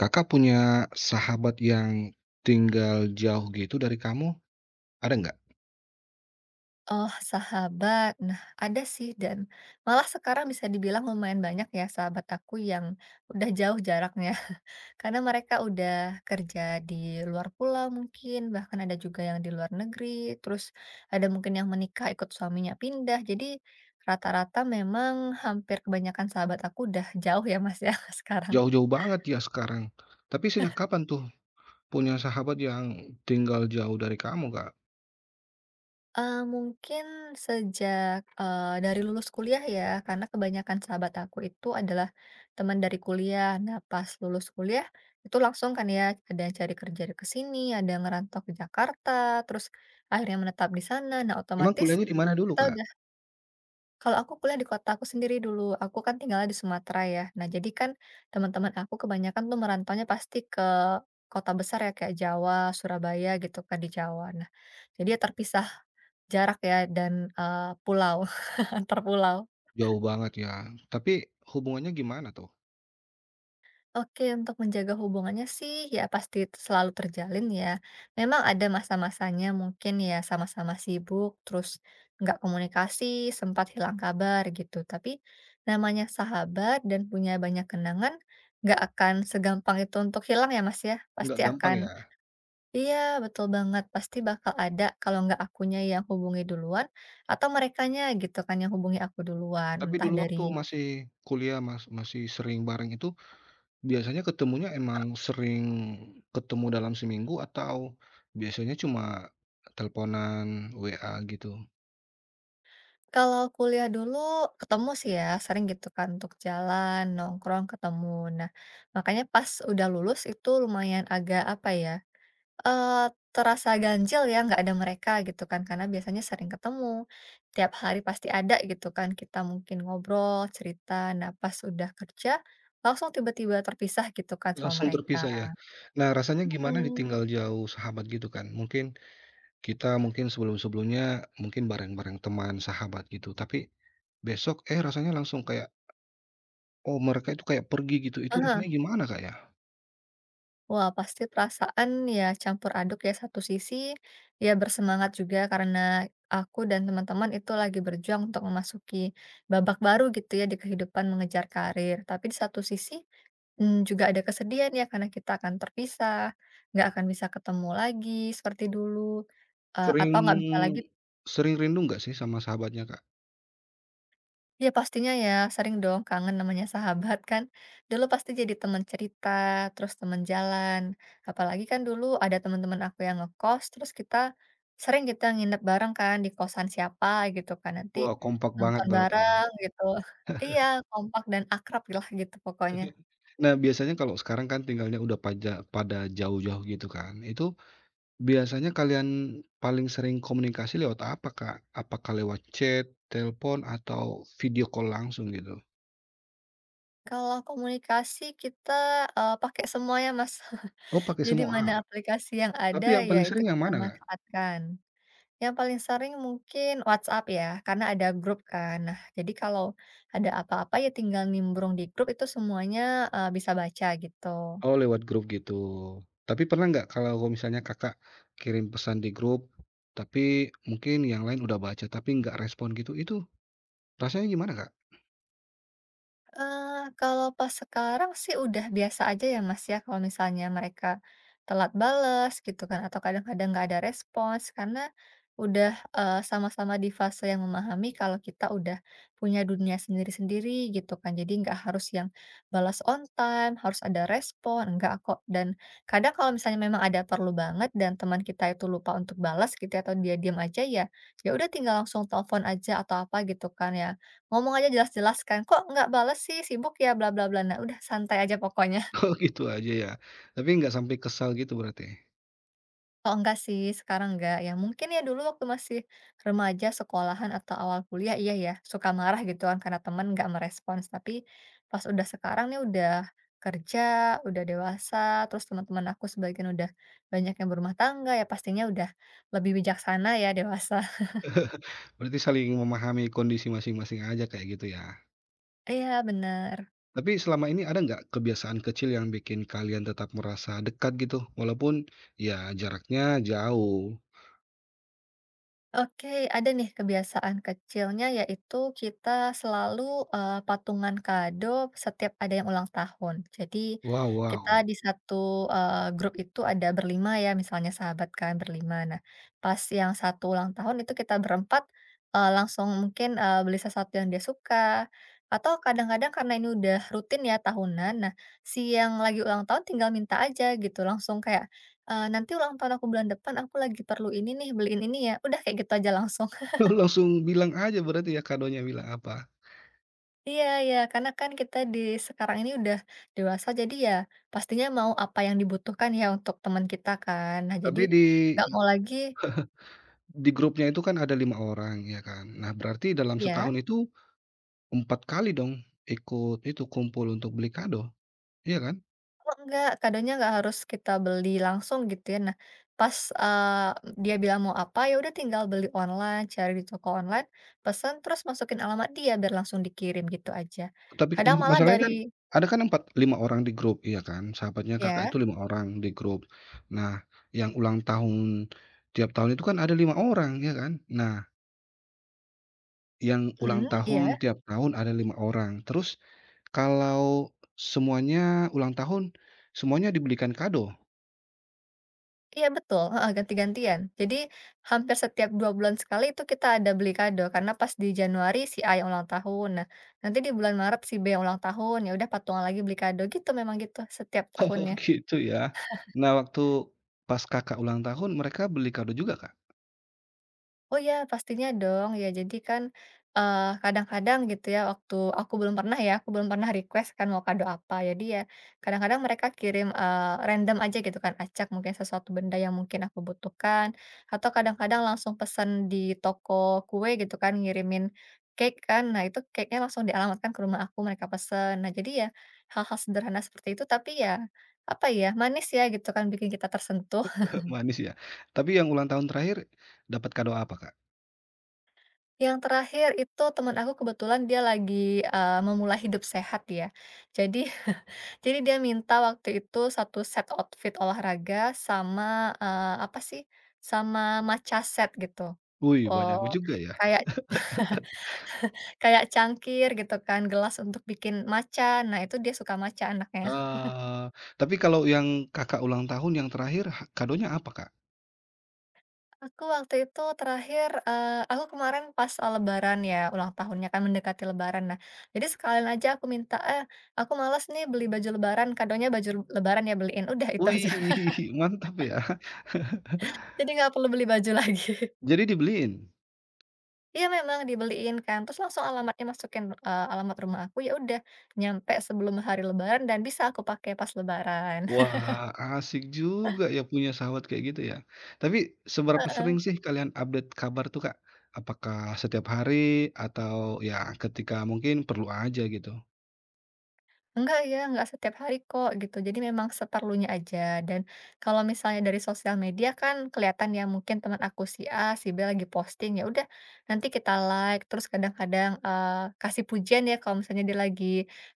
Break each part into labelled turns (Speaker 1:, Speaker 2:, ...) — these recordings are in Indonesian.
Speaker 1: Kakak punya sahabat yang tinggal jauh gitu dari kamu, ada nggak?
Speaker 2: Oh, sahabat. Nah, ada sih dan malah sekarang bisa dibilang lumayan banyak ya sahabat aku yang udah jauh jaraknya. Karena mereka udah kerja di luar pulau mungkin, bahkan ada juga yang di luar negeri, terus ada mungkin yang menikah ikut suaminya pindah. Jadi rata-rata memang hampir kebanyakan sahabat aku udah jauh ya Mas ya sekarang.
Speaker 1: Jauh-jauh banget ya sekarang. Tapi sejak kapan tuh punya sahabat yang tinggal jauh dari kamu, Kak?
Speaker 2: Mungkin sejak, dari lulus kuliah ya, karena kebanyakan sahabat aku itu adalah teman dari kuliah. Nah, pas lulus kuliah itu langsung kan ya, ada yang cari kerja ke sini, ada yang ngerantau ke Jakarta, terus akhirnya menetap di sana. Nah,
Speaker 1: Emang
Speaker 2: otomatis
Speaker 1: kuliahnya di mana dulu,
Speaker 2: kita
Speaker 1: Kak?
Speaker 2: udah kalau aku kuliah di kota aku sendiri dulu, aku kan tinggalnya di Sumatera ya. Nah, jadi kan teman-teman aku kebanyakan tuh merantaunya pasti ke kota besar ya, kayak Jawa, Surabaya gitu kan, di Jawa. Nah, jadi ya terpisah jarak ya dan, pulau, antar pulau.
Speaker 1: Jauh banget ya. Tapi hubungannya gimana tuh?
Speaker 2: Oke, untuk menjaga hubungannya sih ya pasti selalu terjalin ya. Memang ada masa-masanya mungkin ya sama-sama sibuk, terus nggak komunikasi, sempat hilang kabar gitu. Tapi namanya sahabat dan punya banyak kenangan, nggak akan segampang itu untuk hilang ya, Mas, ya. Pasti
Speaker 1: Nggak gampang
Speaker 2: akan
Speaker 1: ya.
Speaker 2: iya, betul banget, pasti bakal ada kalau nggak akunya yang hubungi duluan atau merekanya gitu kan yang hubungi aku duluan.
Speaker 1: Tapi
Speaker 2: Entah
Speaker 1: dulu waktu
Speaker 2: dari.
Speaker 1: masih kuliah masih sering bareng itu biasanya ketemunya emang sering ketemu dalam seminggu atau biasanya cuma teleponan, WA gitu?
Speaker 2: Kalau kuliah dulu ketemu sih ya, sering gitu kan untuk jalan, nongkrong, ketemu. Nah, makanya pas udah lulus itu lumayan agak apa ya, eee, terasa ganjil ya nggak ada mereka gitu kan, karena biasanya sering ketemu, tiap hari pasti ada gitu kan, kita mungkin ngobrol, cerita. Nah, pas udah kerja, langsung tiba-tiba terpisah gitu kan sama
Speaker 1: Langsung
Speaker 2: mereka.
Speaker 1: terpisah ya? Nah, rasanya gimana
Speaker 2: Mmm.
Speaker 1: ditinggal jauh sahabat gitu kan? Mungkin kita mungkin sebelum-sebelumnya mungkin bareng-bareng teman, sahabat gitu, tapi besok, eh, rasanya langsung kayak, oh, mereka itu kayak pergi gitu, itu maksudnya gimana, Kak, ya?
Speaker 2: Wah, pasti perasaan ya campur aduk ya satu sisi ya bersemangat juga karena aku dan teman-teman itu lagi berjuang untuk memasuki babak baru gitu ya di kehidupan mengejar karir. Tapi di satu sisi juga ada kesedihan ya karena kita akan terpisah, nggak akan bisa ketemu lagi seperti dulu, atau nggak bisa lagi.
Speaker 1: Sering sering rindu nggak sih sama sahabatnya, Kak?
Speaker 2: Iya pastinya ya, sering dong kangen namanya sahabat kan. Dulu pasti jadi teman cerita, terus teman jalan. Apalagi kan dulu ada teman-teman aku yang ngekos, terus kita sering kita nginep bareng kan di kosan siapa gitu kan. Nanti
Speaker 1: Wah, kompak banget
Speaker 2: nonton
Speaker 1: berarti ya.
Speaker 2: bareng gitu. Iya, kompak dan akrab lah gitu pokoknya.
Speaker 1: Nah, biasanya kalau sekarang kan tinggalnya udah pada jauh-jauh gitu kan, itu biasanya kalian paling sering komunikasi lewat apa, Kak? Apakah lewat chat, telepon, atau video call langsung gitu?
Speaker 2: Kalau komunikasi kita pakai semuanya Mas.
Speaker 1: Oh, pakai
Speaker 2: Jadi mana
Speaker 1: semua.
Speaker 2: aplikasi yang ada
Speaker 1: Tapi yang
Speaker 2: ya
Speaker 1: paling
Speaker 2: itu
Speaker 1: sering yang
Speaker 2: kita
Speaker 1: mana, Kak?
Speaker 2: manfaatkan. Yang paling sering mungkin WhatsApp ya, karena ada grup kan. Nah, jadi kalau ada apa-apa ya tinggal nimbrung di grup itu semuanya, bisa baca gitu.
Speaker 1: Oh, lewat grup gitu. Tapi pernah nggak kalau misalnya Kakak kirim pesan di grup, tapi mungkin yang lain udah baca tapi nggak respon gitu, itu rasanya gimana, Kak?
Speaker 2: Kalau pas sekarang sih udah biasa aja ya, Mas, ya, kalau misalnya mereka telat bales gitu kan atau kadang-kadang nggak ada respons karena udah, sama-sama di fase yang memahami kalau kita udah punya dunia sendiri-sendiri gitu kan. Jadi nggak harus yang balas on time, harus ada respon, enggak kok. Dan kadang kalau misalnya memang ada perlu banget dan teman kita itu lupa untuk balas gitu ya atau dia diam aja ya, ya udah tinggal langsung telepon aja atau apa gitu kan ya. Ngomong aja jelas-jelas kan, "Kok nggak bales sih? Sibuk ya? Bla bla bla." Nah, udah santai aja pokoknya.
Speaker 1: Oh, gitu aja ya. Tapi nggak sampai kesal gitu berarti?
Speaker 2: Kalau enggak sih, sekarang enggak ya. Mungkin ya dulu waktu masih remaja, sekolahan, atau awal kuliah, iya ya, suka marah gitu kan karena teman nggak merespons. Tapi pas udah sekarang nih udah kerja, udah dewasa, terus teman-teman aku sebagian udah banyak yang berumah tangga, ya pastinya udah lebih bijaksana ya, dewasa.
Speaker 1: Berarti saling memahami kondisi masing-masing aja kayak gitu ya?
Speaker 2: Iya, bener.
Speaker 1: Tapi selama ini ada nggak kebiasaan kecil yang bikin kalian tetap merasa dekat gitu, walaupun ya jaraknya jauh?
Speaker 2: Oke, ada nih kebiasaan kecilnya yaitu kita selalu, patungan kado setiap ada yang ulang tahun. Jadi
Speaker 1: Wow
Speaker 2: kita
Speaker 1: wow.
Speaker 2: di satu, grup itu ada berlima ya, misalnya sahabat kan berlima. Nah, pas yang satu ulang tahun itu kita berempat, langsung mungkin, beli sesuatu yang dia suka, atau kadang-kadang karena ini udah rutin ya tahunan, nah si yang lagi ulang tahun tinggal minta aja gitu, langsung kayak "Nanti ulang tahun aku bulan depan, aku lagi perlu ini nih, beliin ini ya." Udah kayak gitu aja langsung.
Speaker 1: Langsung bilang aja berarti ya kadonya bilang apa.
Speaker 2: Iya ya. Karena kan kita di sekarang ini udah dewasa, jadi ya pastinya mau apa yang dibutuhkan ya untuk teman kita kan. Nah, jadi
Speaker 1: Tapi di
Speaker 2: nggak mau lagi
Speaker 1: di grupnya itu kan ada 5 orang ya kan. Nah berarti dalam
Speaker 2: ya
Speaker 1: setahun itu 4 kali dong ikut itu kumpul untuk beli kado, iya kan?
Speaker 2: oh, enggak, kadonya nggak harus kita beli langsung gitu ya. Nah, pas, dia bilang mau apa, ya udah tinggal beli online, cari di toko online, pesan, terus masukin alamat dia biar langsung dikirim, gitu aja.
Speaker 1: Tapi kan
Speaker 2: Kadang malah
Speaker 1: masalahnya
Speaker 2: dari
Speaker 1: kan ada kan 4 5 orang di grup iya kan, sahabatnya Kakak
Speaker 2: ya?
Speaker 1: itu 5 orang di grup. Nah, yang ulang tahun tiap tahun itu kan ada 5 orang ya kan. Nah, yang ulang
Speaker 2: Mhm, iya?
Speaker 1: tahun tiap tahun ada 5 orang. Terus kalau semuanya ulang tahun, semuanya dibelikan kado.
Speaker 2: Iya betul, heeh, ganti-gantian. Jadi hampir setiap 2 bulan sekali itu kita ada beli kado, karena pas di Januari si A yang ulang tahun, nah nanti di bulan Maret si B yang ulang tahun, ya udah patungan lagi beli kado gitu, memang gitu setiap
Speaker 1: Oh
Speaker 2: tahunnya.
Speaker 1: gitu ya. Nah waktu pas Kakak ulang tahun mereka beli kado juga Kak?
Speaker 2: Oh ya, pastinya dong. Ya jadi kan, kadang-kadang gitu ya waktu aku belum pernah ya, aku belum pernah request kan mau kado apa. Jadi ya kadang-kadang mereka kirim, random aja gitu kan, acak mungkin sesuatu benda yang mungkin aku butuhkan, atau kadang-kadang langsung pesan di toko kue gitu kan, ngirimin cake kan. Nah itu cake-nya langsung dialamatkan ke rumah aku, mereka pesen. Nah jadi ya hal-hal sederhana seperti itu tapi ya, apa ya, manis ya gitu kan, bikin kita tersentuh.
Speaker 1: Manis ya. Tapi yang ulang tahun terakhir dapat kado apa Kak?
Speaker 2: Yang terakhir itu teman aku kebetulan dia lagi, memulai hidup sehat ya. Jadi jadi dia minta waktu itu satu set outfit olahraga sama, apa sih, sama matcha set gitu.
Speaker 1: Wih
Speaker 2: Oh,
Speaker 1: banyak juga ya.
Speaker 2: kayak kayak cangkir gitu kan, gelas untuk bikin matcha. Nah itu dia suka matcha anaknya.
Speaker 1: Eee, tapi kalau yang Kakak ulang tahun yang terakhir kadonya apa, Kak?
Speaker 2: Aku waktu itu terakhir, aku kemarin pas, lebaran ya, ulang tahunnya kan mendekati lebaran. Nah, jadi sekalian aja aku minta, "Eh, aku malas nih beli baju lebaran," kadonya baju lebaran ya beliin, udah itu aja.
Speaker 1: Wih, mantap ya.
Speaker 2: Jadi nggak perlu beli baju lagi.
Speaker 1: Jadi dibeliin?
Speaker 2: Iya memang dibeliin kan, terus langsung alamatnya masukin, alamat rumah aku, ya udah nyampe sebelum hari lebaran dan bisa aku pakai pas lebaran.
Speaker 1: Wah, asik juga ya punya sahabat kayak gitu ya. Tapi seberapa sering sih kalian update kabar tuh, Kak? Apakah setiap hari atau ya ketika mungkin perlu aja gitu?
Speaker 2: Enggak ya, enggak setiap hari kok gitu. Jadi memang seperlunya aja. Dan kalau misalnya dari sosial media kan kelihatan ya mungkin teman aku si A, si B lagi posting ya udah nanti kita like terus kadang-kadang kasih pujian ya kalau misalnya dia lagi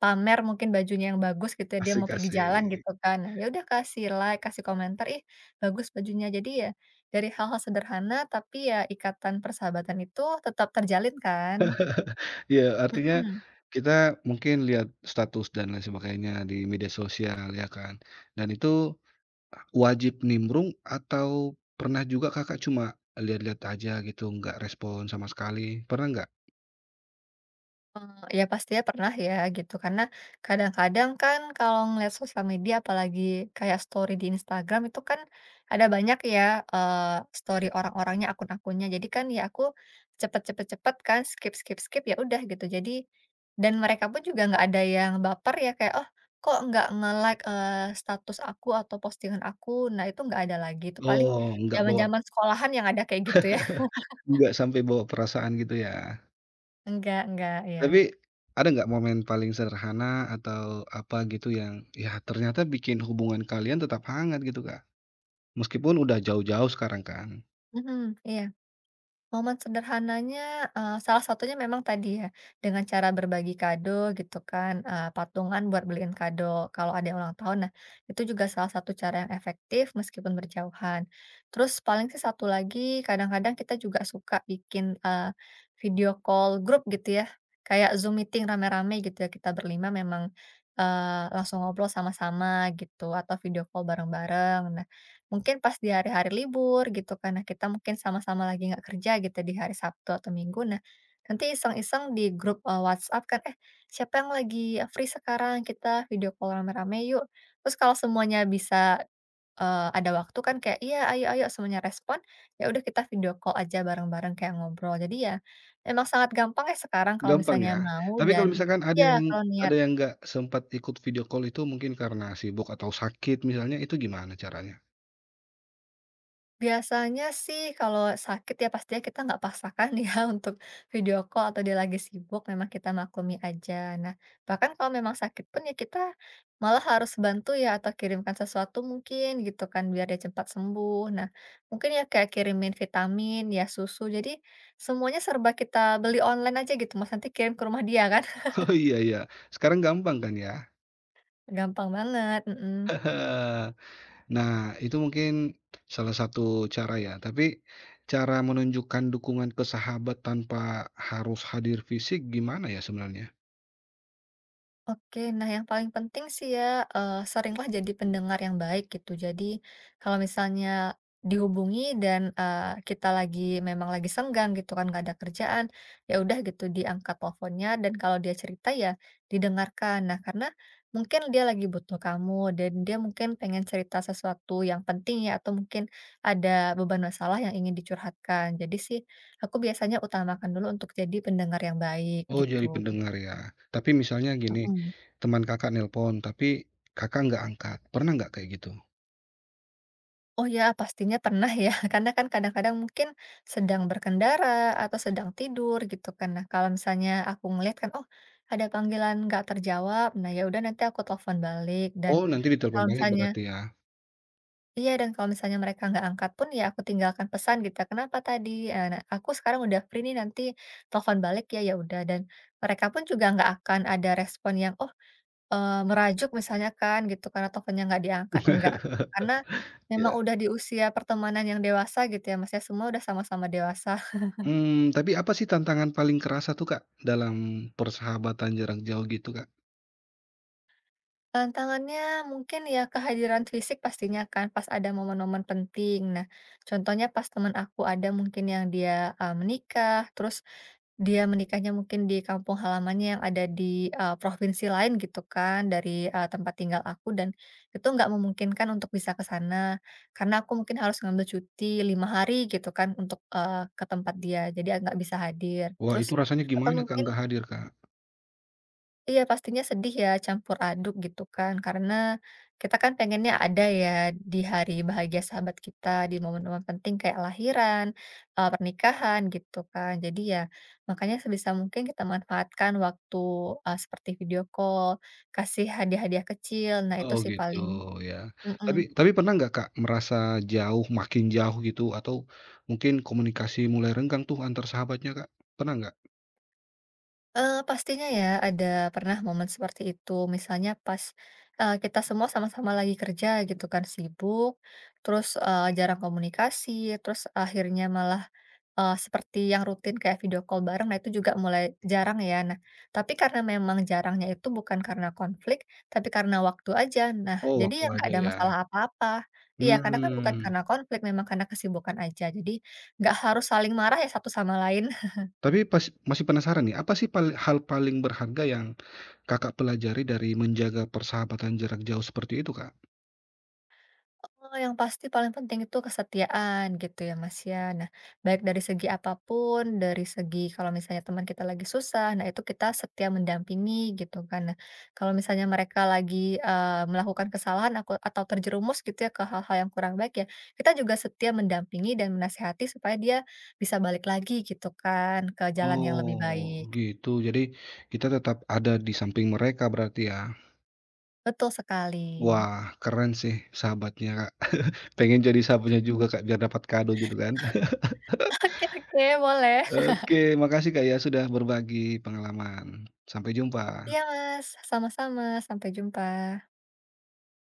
Speaker 2: pamer mungkin bajunya yang bagus gitu ya, dia mau
Speaker 1: Asik
Speaker 2: pergi jalan
Speaker 1: asik.
Speaker 2: gitu kan. Nah, ya udah kasih like, kasih komentar, ih bagus bajunya. Jadi ya dari hal-hal sederhana tapi ya ikatan persahabatan itu tetap terjalin kan.
Speaker 1: Iya, artinya
Speaker 2: Mm-mm.
Speaker 1: kita mungkin lihat status dan lain sebagainya di media sosial ya kan, dan itu wajib nimbrung atau pernah juga Kakak cuma lihat-lihat aja gitu, nggak respon sama sekali, pernah nggak?
Speaker 2: Ya pastinya pernah ya gitu, karena kadang-kadang kan kalau ngeliat sosial media apalagi kayak story di Instagram itu kan ada banyak ya, eee, story orang-orangnya, akun-akunnya. Jadi kan ya aku cepet cepet cepet kan, skip skip skip, ya udah gitu. Jadi dan mereka pun juga nggak ada yang baper ya kayak, "Oh kok nggak nge-like, status aku atau postingan aku?" Nah itu nggak ada lagi, itu paling
Speaker 1: Oh, nggak bawa
Speaker 2: zaman-zaman sekolahan yang ada kayak gitu ya.
Speaker 1: Nggak sampai bawa perasaan gitu ya.
Speaker 2: Enggak, ya.
Speaker 1: Tapi ada nggak momen paling sederhana atau apa gitu yang ya ternyata bikin hubungan kalian tetap hangat gitu, Kak? Meskipun udah jauh-jauh sekarang kan?
Speaker 2: Mhm, iya. Momen sederhananya, salah satunya memang tadi ya, dengan cara berbagi kado gitu kan, patungan buat beliin kado kalau ada yang ulang tahun. Nah, itu juga salah satu cara yang efektif meskipun berjauhan. Terus paling sih satu lagi, kadang-kadang kita juga suka bikin, video call grup gitu ya, kayak Zoom meeting rame-rame gitu ya, kita berlima memang, langsung ngobrol sama-sama gitu, atau video call bareng-bareng. Nah, mungkin pas di hari-hari libur gitu kan, nah kita mungkin sama-sama lagi nggak kerja gitu di hari Sabtu atau Minggu, nah nanti iseng-iseng di grup, WhatsApp kan, "Eh, siapa yang lagi free sekarang? Kita video call rame-rame yuk." Terus kalau semuanya bisa, ada waktu kan kayak, "Iya, ayo ayo," semuanya respon, ya udah kita video call aja bareng-bareng kayak ngobrol. Jadi ya, memang sangat gampang ya sekarang kalau
Speaker 1: Gampang ya?
Speaker 2: misalnya mau
Speaker 1: Tapi kalau
Speaker 2: dan
Speaker 1: misalkan
Speaker 2: ya kalau niat.
Speaker 1: ada yang nggak sempat ikut video call itu mungkin karena sibuk atau sakit misalnya, itu gimana caranya?
Speaker 2: Biasanya sih kalau sakit ya pastinya kita nggak paksakan ya untuk video call atau dia lagi sibuk, memang kita maklumi aja. Nah, bahkan kalau memang sakit pun ya kita malah harus bantu ya atau kirimkan sesuatu mungkin gitu kan biar dia cepat sembuh. Nah, mungkin ya kayak kirimin vitamin, ya susu. Jadi semuanya serba kita beli online aja gitu Mas, nanti kirim ke rumah dia kan.
Speaker 1: Oh, iya iya, sekarang gampang kan ya?
Speaker 2: Gampang banget, mhm.
Speaker 1: Nah, itu mungkin salah satu cara ya, tapi cara menunjukkan dukungan ke sahabat tanpa harus hadir fisik gimana ya sebenarnya?
Speaker 2: Oke, nah yang paling penting sih ya, seringlah jadi pendengar yang baik gitu. Jadi kalau misalnya dihubungi dan, kita lagi memang lagi senggang gitu kan, nggak ada kerjaan, ya udah gitu diangkat teleponnya dan kalau dia cerita ya didengarkan. Nah, karena mungkin dia lagi butuh kamu dan dia mungkin pengen cerita sesuatu yang penting ya atau mungkin ada beban masalah yang ingin dicurhatkan. Jadi sih aku biasanya utamakan dulu untuk jadi pendengar yang baik
Speaker 1: Oh,
Speaker 2: gitu.
Speaker 1: jadi pendengar ya. Tapi misalnya gini,
Speaker 2: Mhm.
Speaker 1: teman Kakak nelpon tapi Kakak nggak angkat, pernah nggak kayak gitu?
Speaker 2: Oh ya, pastinya pernah ya, karena kan kadang-kadang mungkin sedang berkendara atau sedang tidur gitu kan. Nah, kalau misalnya aku ngeliat kan, oh ada panggilan nggak terjawab, nah ya udah nanti aku telepon balik dan
Speaker 1: Oh, nanti ditelepon
Speaker 2: kalau
Speaker 1: balik
Speaker 2: misalnya
Speaker 1: berarti ya?
Speaker 2: iya dan kalau misalnya mereka nggak angkat pun ya aku tinggalkan pesan gitu. Ya, kenapa tadi? Nah, aku sekarang udah free nih nanti telepon balik ya ya udah dan mereka pun juga nggak akan ada respon yang oh, merajuk misalnya kan gitu karena teleponnya nggak diangkat, enggak. Karena memang
Speaker 1: Iya.
Speaker 2: udah di usia pertemanan yang dewasa gitu ya, Mas, ya, semua udah sama-sama dewasa.
Speaker 1: Mmm, tapi apa sih tantangan paling kerasa tuh, Kak, dalam persahabatan jarak jauh gitu, Kak?
Speaker 2: Tantangannya mungkin ya kehadiran fisik pastinya kan pas ada momen-momen penting. Nah, contohnya pas temen aku ada mungkin yang dia, menikah, terus dia menikahnya mungkin di kampung halamannya yang ada di, provinsi lain gitu kan dari, tempat tinggal aku dan itu nggak memungkinkan untuk bisa ke sana, karena aku mungkin harus ngambil cuti 5 hari gitu kan untuk, ke tempat dia jadi nggak bisa hadir.
Speaker 1: Wah,
Speaker 2: Terus
Speaker 1: itu rasanya
Speaker 2: atau
Speaker 1: gimana, Kak,
Speaker 2: mungkin
Speaker 1: nggak hadir, Kak?
Speaker 2: iya, pastinya sedih ya, campur aduk gitu kan, karena kita kan pengennya ada ya di hari bahagia sahabat kita, di momen-momen penting kayak lahiran, pernikahan gitu kan. Jadi ya makanya sebisa mungkin kita manfaatkan waktu, seperti video call, kasih hadiah-hadiah kecil, nah itu
Speaker 1: Oh
Speaker 2: sih
Speaker 1: gitu
Speaker 2: paling.
Speaker 1: ya. Tapi
Speaker 2: Mhm.
Speaker 1: tapi pernah nggak Kak, merasa jauh, makin jauh gitu atau mungkin komunikasi mulai renggang tuh antar sahabatnya Kak, pernah nggak?
Speaker 2: Pastinya ya ada pernah momen seperti itu. Misalnya pas, kita semua sama-sama lagi kerja gitu kan, sibuk, terus, jarang komunikasi, terus akhirnya malah, seperti yang rutin kayak video call bareng, nah itu juga mulai jarang ya. Nah, tapi karena memang jarangnya itu bukan karena konflik, tapi karena waktu aja. Nah,
Speaker 1: Oh
Speaker 2: jadi
Speaker 1: waktu
Speaker 2: ya nggak
Speaker 1: aja
Speaker 2: ada
Speaker 1: ya.
Speaker 2: masalah apa-apa. Iya, karena kan bukan
Speaker 1: Hmm.
Speaker 2: karena konflik, memang karena kesibukan aja. Jadi nggak harus saling marah ya satu sama lain.
Speaker 1: Tapi pas masih penasaran nih, apa sih hal paling berharga yang Kakak pelajari dari menjaga persahabatan jarak jauh seperti itu Kak?
Speaker 2: Oh, yang pasti paling penting itu kesetiaan gitu ya Mas ya. Nah, baik dari segi apapun, dari segi kalau misalnya teman kita lagi susah, nah itu kita setia mendampingi gitu kan. Nah, kalau misalnya mereka lagi melakukan kesalahan aku, atau terjerumus gitu ya ke hal-hal yang kurang baik ya, kita juga setia mendampingi dan menasehati supaya dia bisa balik lagi gitu kan ke jalan yang lebih
Speaker 1: Oh
Speaker 2: baik.
Speaker 1: gitu, jadi kita tetap ada di samping mereka berarti ya.
Speaker 2: Betul sekali.
Speaker 1: Wah keren sih sahabatnya Kak, pengen jadi sahabatnya juga Kak, biar dapat kado gitu kan.
Speaker 2: Oke, oke, boleh.
Speaker 1: Oke, makasih Kak ya sudah berbagi pengalaman. Sampai jumpa.
Speaker 2: Iya Mas, sama-sama. Sampai jumpa.